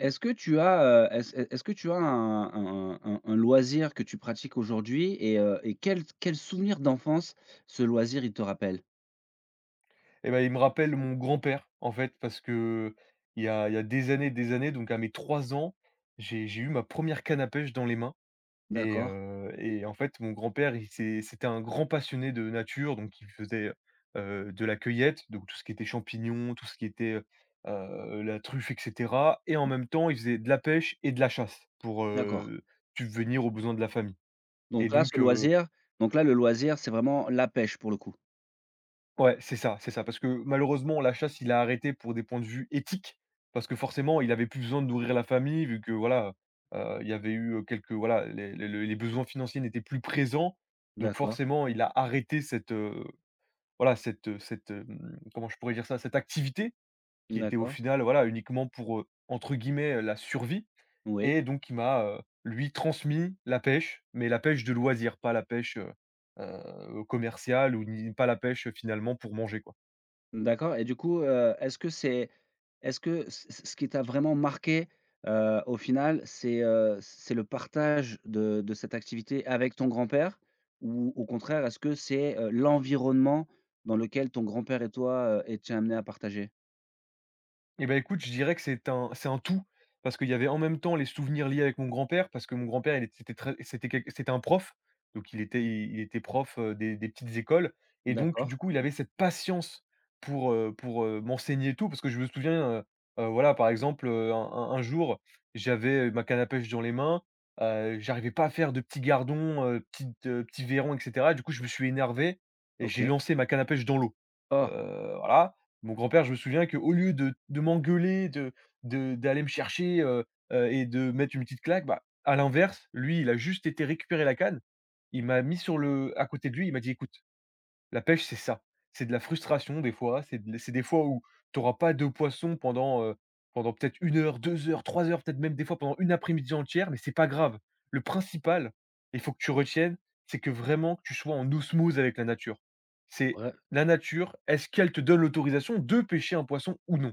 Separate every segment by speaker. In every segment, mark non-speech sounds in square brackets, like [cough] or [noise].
Speaker 1: Est-ce que tu as, est-ce que tu as un loisir que tu pratiques aujourd'hui et quel souvenir d'enfance ce loisir il te rappelle?
Speaker 2: Et ben il me rappelle mon grand-père, en fait, parce que il y a des années, donc à mes 3 ans, j'ai eu ma première canne à pêche dans les mains
Speaker 1: D'accord,
Speaker 2: et en fait, mon grand-père, il c'est c'était un grand passionné de nature, donc il faisait, de la cueillette, donc tout ce qui était champignons, tout ce qui était, la truffe et cetera, et en même temps, il faisait de la pêche et de la chasse pour,
Speaker 1: d'accord.
Speaker 2: subvenir aux besoins de la famille et
Speaker 1: Donc là, ce
Speaker 2: donc.
Speaker 1: loisir donc là, le loisir, c'est vraiment la pêche pour le coup?
Speaker 2: Ouais, c'est ça, c'est ça. Parce que malheureusement, la chasse, il a arrêté pour des points de vue éthiques, parce que forcément, il avait plus besoin de nourrir la famille, vu que voilà, il y avait eu, quelques voilà, les besoins financiers n'étaient plus présents. Donc
Speaker 1: D'accord,
Speaker 2: forcément, il a arrêté cette, voilà, cette, cette, hem, comment je pourrais dire ça? Cette activité qui était au
Speaker 1: d'accord,
Speaker 2: final, voilà, uniquement pour, entre guillemets, «la survie»,
Speaker 1: oui.
Speaker 2: et donc il m'a, lui transmis la pêche, mais la pêche de loisir, pas la pêche, commerciale ou ni pas la pêche, finalement, pour manger, quoi.
Speaker 1: D'accord et du coup, est-ce que c'est est-ce que c c ce qui t'a vraiment marqué, au final, c'est le partage de cette activité avec ton grand-père? Ou au contraire, est-ce que c'est, l'environnement dans lequel ton grand-père et toi, étiez amenés à partager?
Speaker 2: Et ben écoute, je dirais que c'est un tout, parce qu'il y avait en même temps les souvenirs liés avec mon grand-père, parce que mon grand-père, il était c'était très c'était quel c'était un prof, donc il était prof, des petites écoles, et donc
Speaker 1: D'accord,
Speaker 2: du coup, il avait cette patience pour m'enseigner tout, parce que je me souviens, heu voilà, par exemple, un jour, j'avais ma canne à pêche dans les mains, j'arrivais pas à faire de petits gardons, petits verrons, et cetera. Du coup, je me suis énervé et j'ai
Speaker 1: OK.
Speaker 2: lancé ma canne à pêche dans l'eau,
Speaker 1: Oh!
Speaker 2: voilà. Mon grand-père, je me souviens qu'au lieu de m'engueuler, de d'aller me chercher, et de mettre une petite claque, bah, à l'inverse, lui, il a juste été récupérer la canne. Il m'a mis sur le à côté de lui, il m'a dit: «Écoute». La pêche, c'est ça. C'est de la frustration des fois, c'est des fois où tu auras pas de poisson pendant, pendant peut-être 1 heure, 2 heures, 3 heures, peut-être même des fois pendant une après-midi entière, mais c'est pas grave. Le principal, il faut que tu retiennes, c'est que vraiment que tu sois en osmose avec la nature. C'est
Speaker 1: Ouais.
Speaker 2: la nature, est-ce qu'elle te donne l'autorisation de pêcher un poisson ou non?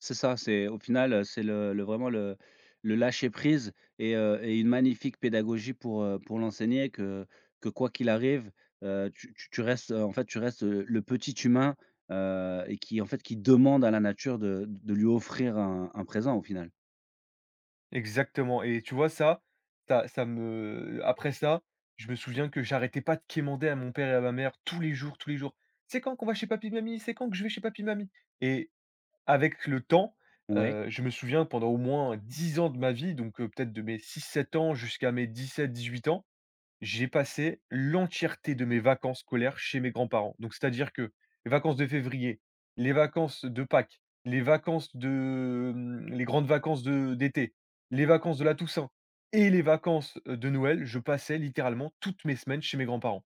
Speaker 1: C'est ça, c'est au final, c'est le vraiment le lâcher prise et une magnifique pédagogie pour l'enseigner que quoi qu'il arrive, tu restes, en fait, tu restes, le petit humain, et qui, en fait, qui demande à la nature de lui offrir un présent, au final.
Speaker 2: Exactement. Et tu vois ça, ça ça me après ça, je me souviens que j'arrêtais pas de quémander à mon père et à ma mère tous les jours: «C'est quand qu'on va chez papy mamie? C'est quand que je vais chez papy mamie?» Et avec le temps,
Speaker 1: Ouais.
Speaker 2: je me souviens pendant au moins 10 ans de ma vie, donc peut-être de mes 6 7 ans jusqu'à mes 17 18 ans, j'ai passé l'entièreté de mes vacances scolaires chez mes grands-parents. Donc, c'est-à-dire que les vacances de février, les vacances de Pâques, les grandes vacances de d'été, les vacances de la Toussaint et les vacances, de Noël, je passais littéralement toutes mes semaines chez mes grands-parents.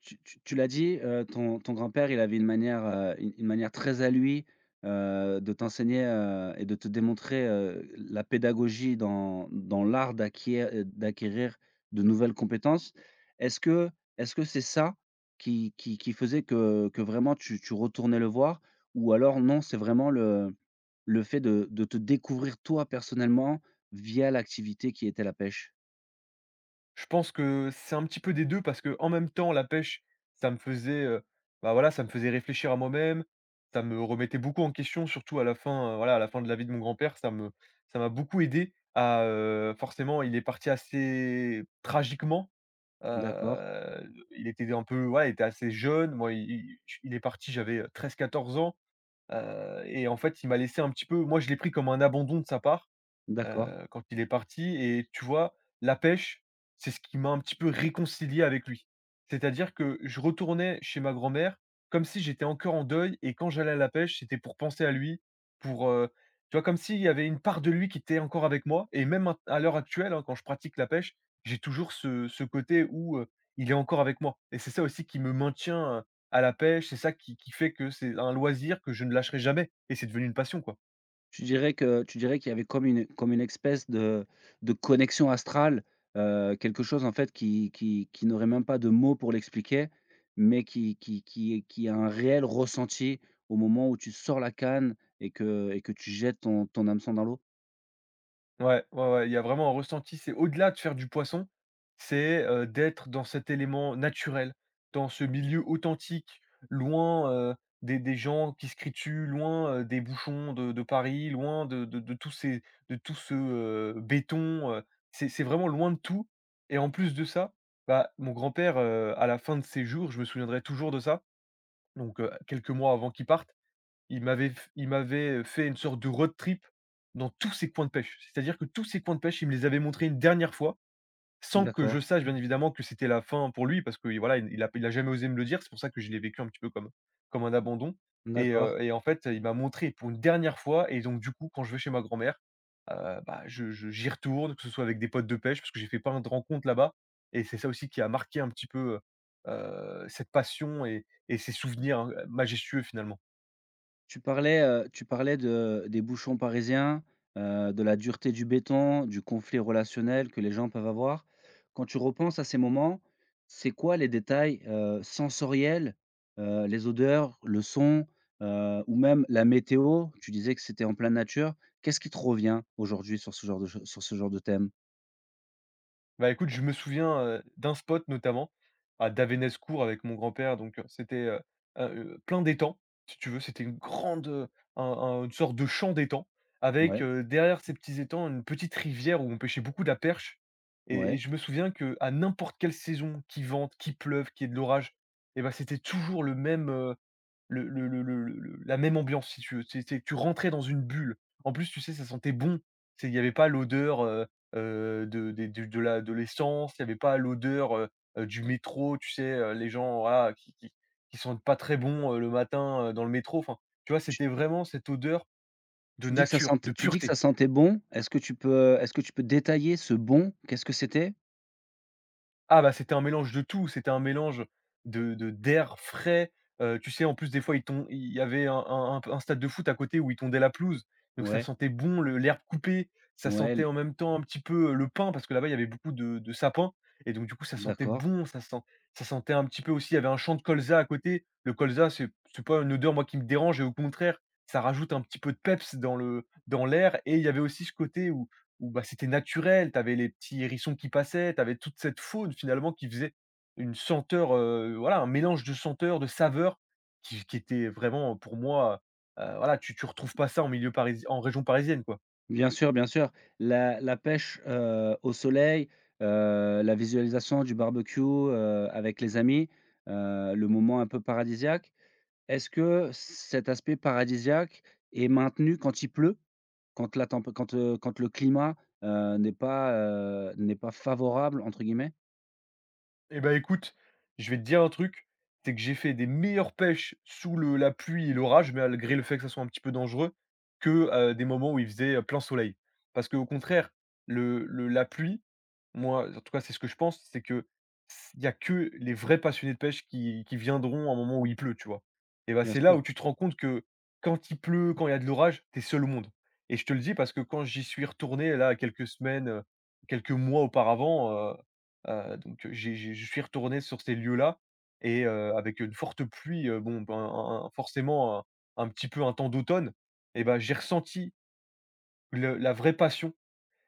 Speaker 1: Tu l'as dit, ton grand-père, il avait une manière, une manière très à lui, de t'enseigner, et de te démontrer, la pédagogie dans dans l'art d'acquérir de nouvelles compétences. Est-ce que est-ce que c'est ça qui faisait que vraiment tu retournais le voir? Ou alors non, c'est vraiment le fait de te découvrir toi personnellement via l'activité qui était la pêche?
Speaker 2: Je pense que c'est un petit peu des deux, parce que en même temps, la pêche, ça me faisait, heu, bah, voilà, ça me faisait réfléchir à moi-même, ça me remettait beaucoup en question, surtout à la fin, voilà, à la fin de la vie de mon grand-père, ça m'a beaucoup aidé à, forcément, il est parti assez tragiquement,
Speaker 1: D'accord,
Speaker 2: heu, il était un peu voilà, il était assez jeune, moi, il est parti, j'avais 13 14 ans, et en fait, il m'a laissé un petit peu. Moi, je l'ai pris comme un abandon de sa part
Speaker 1: d'accord.
Speaker 2: quand il est parti. Et tu vois, la pêche, c'est ce qui m'a un petit peu réconcilié avec lui. C'est-à-dire que je retournais chez ma grand-mère comme si j'étais encore en deuil, et quand j'allais à la pêche, c'était pour penser à lui, pour, heu, tu vois, comme s'il y avait une part de lui qui était encore avec moi. Et même maint à l'heure actuelle, hein, quand je pratique la pêche, j'ai toujours ce côté où, il est encore avec moi, et c'est ça aussi qui me maintient, à la pêche, c'est ça qui fait que c'est un loisir que je ne lâcherai jamais, et c'est devenu une passion, quoi.
Speaker 1: Tu dirais que tu dirais qu'il y avait comme une espèce de connexion astrale, quelque chose en fait qui n'aurait même pas de mots pour l'expliquer, mais qui a un réel ressenti au moment où tu sors la canne et que tu jettes ton hameçon dans l'eau?
Speaker 2: Ouais, ouais, ouais, il y a vraiment un ressenti, c'est au-delà de faire du poisson, c'est, d'être dans cet élément naturel, dans ce milieu authentique, loin, des gens qui se crient dessus, loin, des bouchons de Paris, loin de tous ces de tout ce, béton, c'est vraiment loin de tout. Et en plus de ça, bah, mon grand-père, à la fin de ses jours, je me souviendrai toujours de ça, donc quelques mois avant qu'il parte, il m'avait fait une sorte de road trip dans tous ses coins de pêche. C'est-à-dire que tous ses coins de pêche, il me les avait montrés une dernière fois, sans que je
Speaker 1: D'accord,
Speaker 2: sache bien évidemment que c'était la fin pour lui, parce que, voilà, il a jamais osé me le dire. C'est pour ça que je l'ai vécu un petit peu comme un abandon. et
Speaker 1: d'accord.
Speaker 2: heu et en fait, il m'a montré pour une dernière fois, et donc du coup, quand je vais chez ma grand-mère, bah, je j'y retourne, que ce soit avec des potes de pêche parce que j'ai fait plein de rencontres là-bas. Et c'est ça aussi qui a marqué un petit peu, cette passion et ces souvenirs, hein, majestueux finalement.
Speaker 1: Tu parlais de des bouchons parisiens, de la dureté du béton, du conflit relationnel que les gens peuvent avoir. Quand tu repenses à ces moments, c'est quoi les détails, sensoriels, les odeurs, le son, ou même la météo? Tu disais que c'était en pleine nature. Qu'est-ce qui te revient aujourd'hui sur ce genre de cho sur ce genre de thème?
Speaker 2: Bah, écoute, je me souviens, d'un spot notamment à Davénescourt avec mon grand-père. Donc c'était, plein d'étangs, si tu veux. C'était une grande, un une sorte de champ d'étangs avec,
Speaker 1: Ouais,
Speaker 2: derrière ces petits étangs, une petite rivière où on pêchait beaucoup de la perche. Et
Speaker 1: ouais.
Speaker 2: je me souviens que à n'importe quelle saison, qu'il vente, qu'il pleuve, qu'il y ait de l'orage, et ben c'était toujours le même, le la même ambiance, si tu veux, c'est tu rentrais dans une bulle. En plus, tu sais, ça sentait bon. C'est il y avait pas l'odeur, de des du de la de l'essence, il y avait pas l'odeur, du métro, tu sais, les gens, voilà, qui sentent pas très bon, le matin, dans le métro. Enfin, tu vois,
Speaker 1: Tu
Speaker 2: c'était vraiment cette odeur de
Speaker 1: tu dis que ça
Speaker 2: nature,
Speaker 1: sentait
Speaker 2: de
Speaker 1: tu dis que ça
Speaker 2: pureté.
Speaker 1: sentait bon. Est-ce que tu peux est-ce que tu peux détailler ce bon? Qu'est-ce que c'était?
Speaker 2: Ah bah, c'était un mélange de tout, c'était un mélange de d'air frais, tu sais, en plus, des fois, ils ton il y avait un stade de foot à côté où ils tondaient la pelouse, donc ça
Speaker 1: Ouais,
Speaker 2: sentait bon le l'herbe coupée, ça
Speaker 1: ouais,
Speaker 2: sentait
Speaker 1: l
Speaker 2: en même temps un petit peu, le pain, parce que là-bas, il y avait beaucoup de sapins, et donc du coup, ça sentait
Speaker 1: d'accord.
Speaker 2: bon, ça sentait un petit peu aussi. Il y avait un champ de colza à côté. Le colza, c'est pas une odeur, moi, qui me dérange, et au contraire, ça rajoute un petit peu de peps dans le dans l'air, et il y avait aussi ce côté où, bah, c'était naturel, tu avais les petits hérissons qui passaient, tu avais toute cette faune finalement qui faisait une senteur, voilà, un mélange de senteurs, de saveurs qui était vraiment pour moi, voilà, tu retrouves pas ça en milieu parisien, en région parisienne, quoi.
Speaker 1: Bien sûr, bien sûr. La la pêche, au soleil, la visualisation du barbecue, avec les amis, le moment un peu paradisiaque. Est-ce que cet aspect paradisiaque est maintenu quand il pleut? Quand la temp quand, quand le climat, n'est pas, n'est pas «favorable» entre guillemets?
Speaker 2: Eh ben écoute, je vais te dire un truc, c'est que j'ai fait des meilleures pêches sous le la pluie et l'orage, malgré le fait que ça soit un petit peu dangereux, que, des moments où il faisait, plein soleil. Parce qu'au contraire, le la pluie, moi, en tout cas, c'est ce que je pense, c'est que s il y a que les vrais passionnés de pêche qui viendront à un moment où il pleut, tu vois? Et ben
Speaker 1: Bien
Speaker 2: c'est là
Speaker 1: sûr,
Speaker 2: où tu te rends compte que quand il pleut, quand il y a de l'orage, t'es seul au monde. Et je te le dis parce que quand j'y suis retourné là quelques semaines, quelques mois auparavant. Donc j'ai je suis retourné sur ces lieux-là et avec une forte pluie, bon, ben, un forcément un petit peu un temps d'automne, et ben j'ai ressenti le la vraie passion.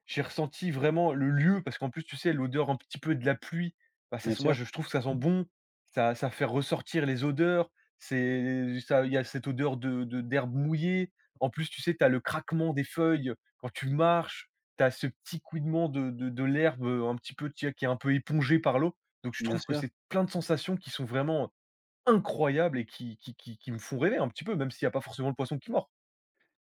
Speaker 2: J'ai ressenti vraiment le lieu parce qu'en plus, tu sais, l'odeur un petit peu de la pluie, bah, ça
Speaker 1: bien
Speaker 2: sent, moi,
Speaker 1: sûr,
Speaker 2: je trouve que ça sent bon, ça fait ressortir les odeurs, c'est ça, il y a cette odeur de d'herbe mouillée. En plus, tu sais, tu as le craquement des feuilles quand tu marches, tu as ce petit couinement de l'herbe, un petit peu, tu sais, qui est un peu épongée par l'eau. Donc je
Speaker 1: bien
Speaker 2: trouve que
Speaker 1: sûr.
Speaker 2: c'est plein de sensations qui sont vraiment incroyables et qui me font rêver un petit peu, même s'il n'y a pas forcément le poisson qui mord.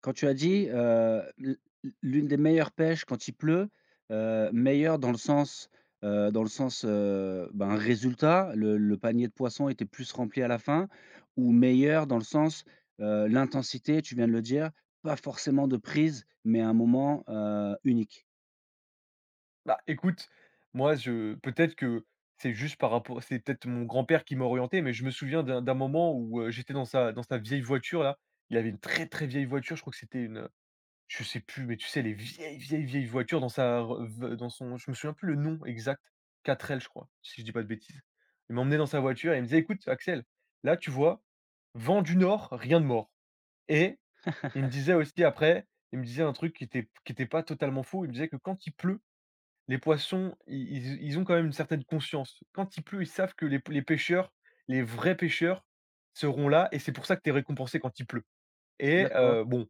Speaker 1: Quand tu as dit, l'une des meilleures pêches quand il pleut, meilleure dans le sens, ben, résultat, le panier de poissons était plus rempli à la fin ou meilleure dans le sens, l'intensité, tu viens de le dire, pas forcément de prise, mais un moment, unique?
Speaker 2: Bah, écoute, moi, je, peut-être que c'est juste par rapport, c'est peut-être mon grand-père qui m'a orienté, mais je me souviens d'un moment où, j'étais dans sa vieille voiture là. Il avait une très, très vieille voiture, je crois que c'était une, je sais plus, mais tu sais, les vieilles, vieilles, vieilles voitures, dans sa re v dans son, je me souviens plus le nom exact, quatre l je crois, si je dis pas de bêtises. Il m'emmenait dans sa voiture et il me disait: «Écoute Axel, là tu vois, vent du nord, rien de mort», et il me disait aussi après, il me disait un truc qui était, qui était pas totalement faux, il me disait que quand il pleut les poissons, i ils ils ont quand même une certaine conscience. Quand il pleut, ils savent que les pêcheurs, les vrais pêcheurs seront là et c'est pour ça que tu es récompensé quand il pleut. Et
Speaker 1: D'accord.
Speaker 2: bon,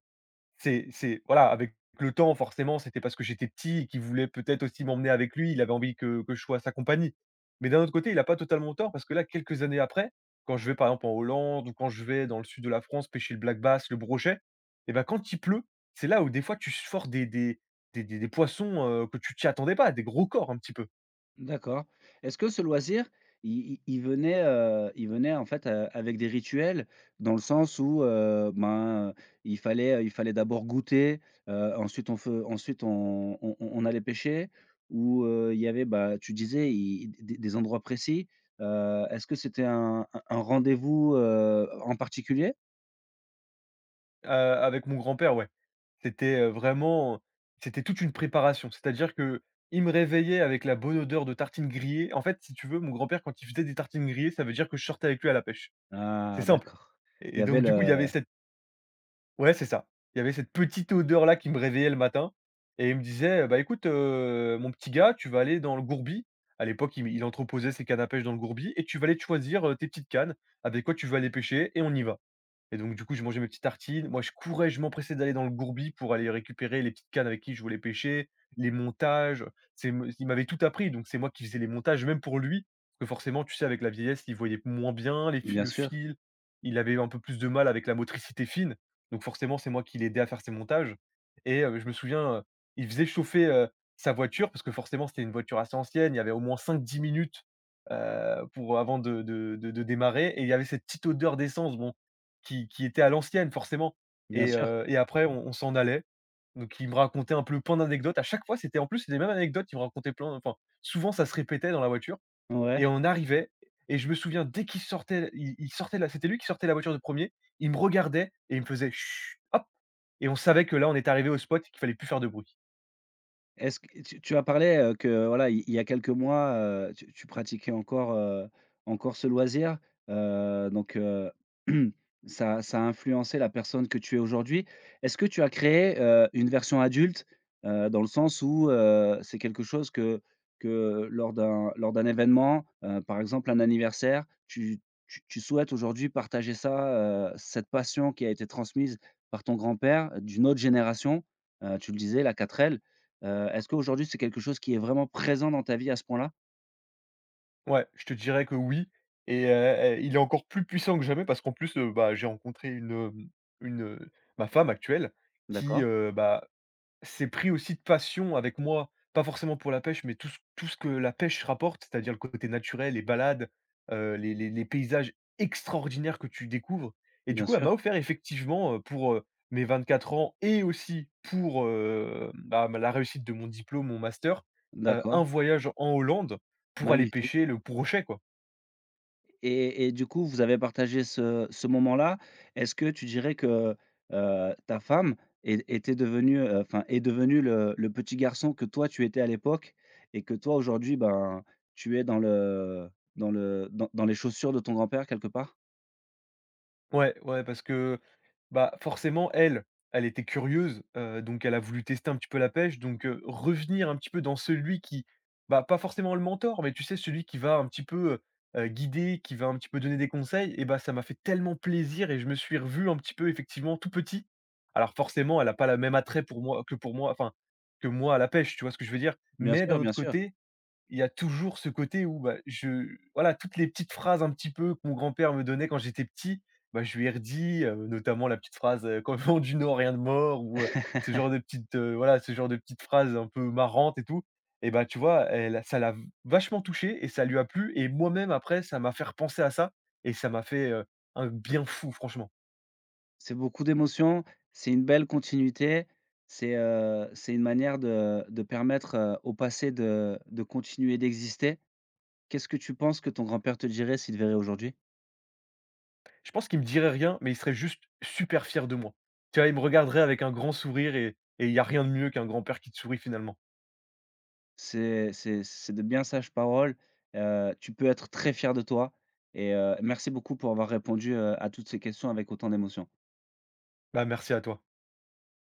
Speaker 2: c'est voilà, avec le temps forcément, c'était parce que j'étais petit et qu'il voulait peut-être aussi m'emmener avec lui, il avait envie que je sois sa compagnie. Mais d'un autre côté, il a pas totalement tort, parce que là, quelques années après, quand je vais par exemple en Hollande ou quand je vais dans le sud de la France pêcher le black bass, le brochet, et ben quand il pleut, c'est là où des fois tu sors des poissons, que tu t'y attendais pas, des gros corps un petit peu.
Speaker 1: D'accord. Est-ce que ce loisir, il venait en fait, avec des rituels? Dans le sens où, ben, il fallait d'abord goûter, ensuite on fe ensuite on allait pêcher? Ou, il y avait, bah, tu disais i des endroits précis, est-ce que c'était un rendez-vous, en particulier?
Speaker 2: Avec mon grand-père, ouais. C'était, vraiment c'était toute une préparation. C'est-à-dire qu'il me réveillait avec la bonne odeur de tartines grillées. En fait, si tu veux, mon grand-père, quand il faisait des tartines grillées, ça veut dire que je sortais avec lui à la pêche. C'est
Speaker 1: Ah
Speaker 2: simple,
Speaker 1: d'accord. Il
Speaker 2: et
Speaker 1: y
Speaker 2: et
Speaker 1: avait
Speaker 2: donc du coup, il y avait
Speaker 1: le
Speaker 2: cette, ouais, c'est ça. Il y avait cette petite odeur-là qui me réveillait le matin et il me disait: «Bah, écoute, mon petit gars, tu vas aller dans le gourbi». À l'époque, il entreposait ses cannes à pêche dans le gourbi et tu vas aller te choisir, tes petites cannes, avec quoi tu veux aller pêcher et on y va. Et donc du coup, je mangeais mes petites tartines. Moi, je courais, je m'empressais d'aller dans le gourbi pour aller récupérer les petites cannes avec qui je voulais pêcher, les montages. C'est me Il m'avait tout appris, donc c'est moi qui faisais les montages, même pour lui. Parce que forcément, tu sais, avec la vieillesse, il voyait moins bien les fi
Speaker 1: bien
Speaker 2: le
Speaker 1: sûr,
Speaker 2: fil. Il avait un peu plus de mal avec la motricité fine. Donc forcément, c'est moi qui l'aidais à faire ses montages. Et je me souviens, il faisait chauffer, sa voiture parce que forcément, c'était une voiture assez ancienne. Il y avait au moins 5 à 10 minutes, pour, avant de démarrer, et il y avait cette petite odeur d'essence. Bon, qui était à l'ancienne forcément.
Speaker 1: bien
Speaker 2: Et
Speaker 1: sûr.
Speaker 2: et après on s'en allait. Donc il me racontait un peu plein d'anecdotes. À chaque fois, c'était en plus les mêmes anecdotes, il me racontait plein, enfin, souvent ça se répétait dans la voiture
Speaker 1: Ouais.
Speaker 2: et on arrivait, et je me souviens dès qu'il sortait, il sortait la, c'était lui qui sortait la voiture de premier, il me regardait et il me faisait: «Chut, hop!», et on savait que là, on était arrivé au spot et qu'il fallait plus faire de bruit.
Speaker 1: Est-ce que tu tu as parlé, que voilà, il y a quelques mois, tu pratiquais encore, encore ce loisir, heu, donc heu, [clears throat] ça ça a influencé la personne que tu es aujourd'hui. Est-ce que tu as créé, une version adulte, dans le sens où, c'est quelque chose que lors d'un événement, par exemple un anniversaire, tu souhaites aujourd'hui partager ça, cette passion qui a été transmise par ton grand-père d'une autre génération, tu le disais la quatre l est-ce qu'aujourd'hui, c'est quelque chose qui est vraiment présent dans ta vie à ce point-là?
Speaker 2: Ouais, je te dirais que oui, et il est encore plus puissant que jamais parce qu'en plus, bah, j'ai rencontré une, une, ma femme actuelle qui,
Speaker 1: D'accord,
Speaker 2: bah, c'est pris aussi de passion avec moi, pas forcément pour la pêche, mais tout ce que la pêche rapporte, c'est-à-dire le côté naturel, les balades, les les paysages extraordinaires que tu découvres, et du
Speaker 1: bien
Speaker 2: coup, elle
Speaker 1: sûr,
Speaker 2: m'a offert effectivement, pour, mes 4 ans et aussi pour, bah, ma la réussite de mon diplôme, mon master,
Speaker 1: d'accord,
Speaker 2: un voyage en Hollande pour aller
Speaker 1: magnifique
Speaker 2: pêcher le Brochet, quoi.
Speaker 1: et du coup, vous avez partagé ce ce moment-là. Est-ce que tu dirais que, ta femme est était devenue, enfin, est devenue le petit garçon que toi, tu étais à l'époque et que toi, aujourd'hui, ben, tu es dans le dans le dans dans les chaussures de ton grand-père quelque part?
Speaker 2: Ouais, ouais, parce que, bah, forcément, elle, elle était curieuse, donc elle a voulu tester un petit peu la pêche, donc revenir un petit peu dans celui qui, bah, pas forcément le mentor, mais tu sais, celui qui va un petit peu, guider, qui va un petit peu donner des conseils, et bah, ça m'a fait tellement plaisir et je me suis revu un petit peu, effectivement, tout petit. Alors forcément, elle a pas la même attrait pour moi que pour moi, enfin, que moi à la pêche, tu vois ce que je veux dire?
Speaker 1: Bien
Speaker 2: Mais d'un
Speaker 1: sûr, bien
Speaker 2: autre côté, il y a toujours ce côté où, bah, je, voilà, toutes les petites phrases un petit peu que mon grand-père me donnait quand j'étais petit, bah, je lui ai redit, notamment la petite phrase, «Quand on du nord, rien de mort», ou, ce
Speaker 1: sûr.
Speaker 2: genre de petites, voilà, ce genre de petites phrases un peu marrantes et tout, et bah, tu vois, elle, ça l'a vachement touché et ça lui a plu, et moi-même après ça m'a fait repenser à ça, et ça m'a fait, un bien fou franchement.
Speaker 1: C'est beaucoup d'émotions, c'est une belle continuité, c'est une manière de permettre, au passé de continuer d'exister. Qu'est-ce que tu penses que ton grand-père te dirait s'il te verrait aujourd'hui?
Speaker 2: Je pense qu'il me dirait rien, mais il serait juste super fier de moi. Tu vois, il me regarderait avec un grand sourire, et il y a rien de mieux qu'un grand-père qui te sourit finalement.
Speaker 1: C'est de bien sages paroles, tu peux être très fier de toi et merci beaucoup pour avoir répondu, à toutes ces questions avec autant d'émotion.
Speaker 2: Bah, merci à toi.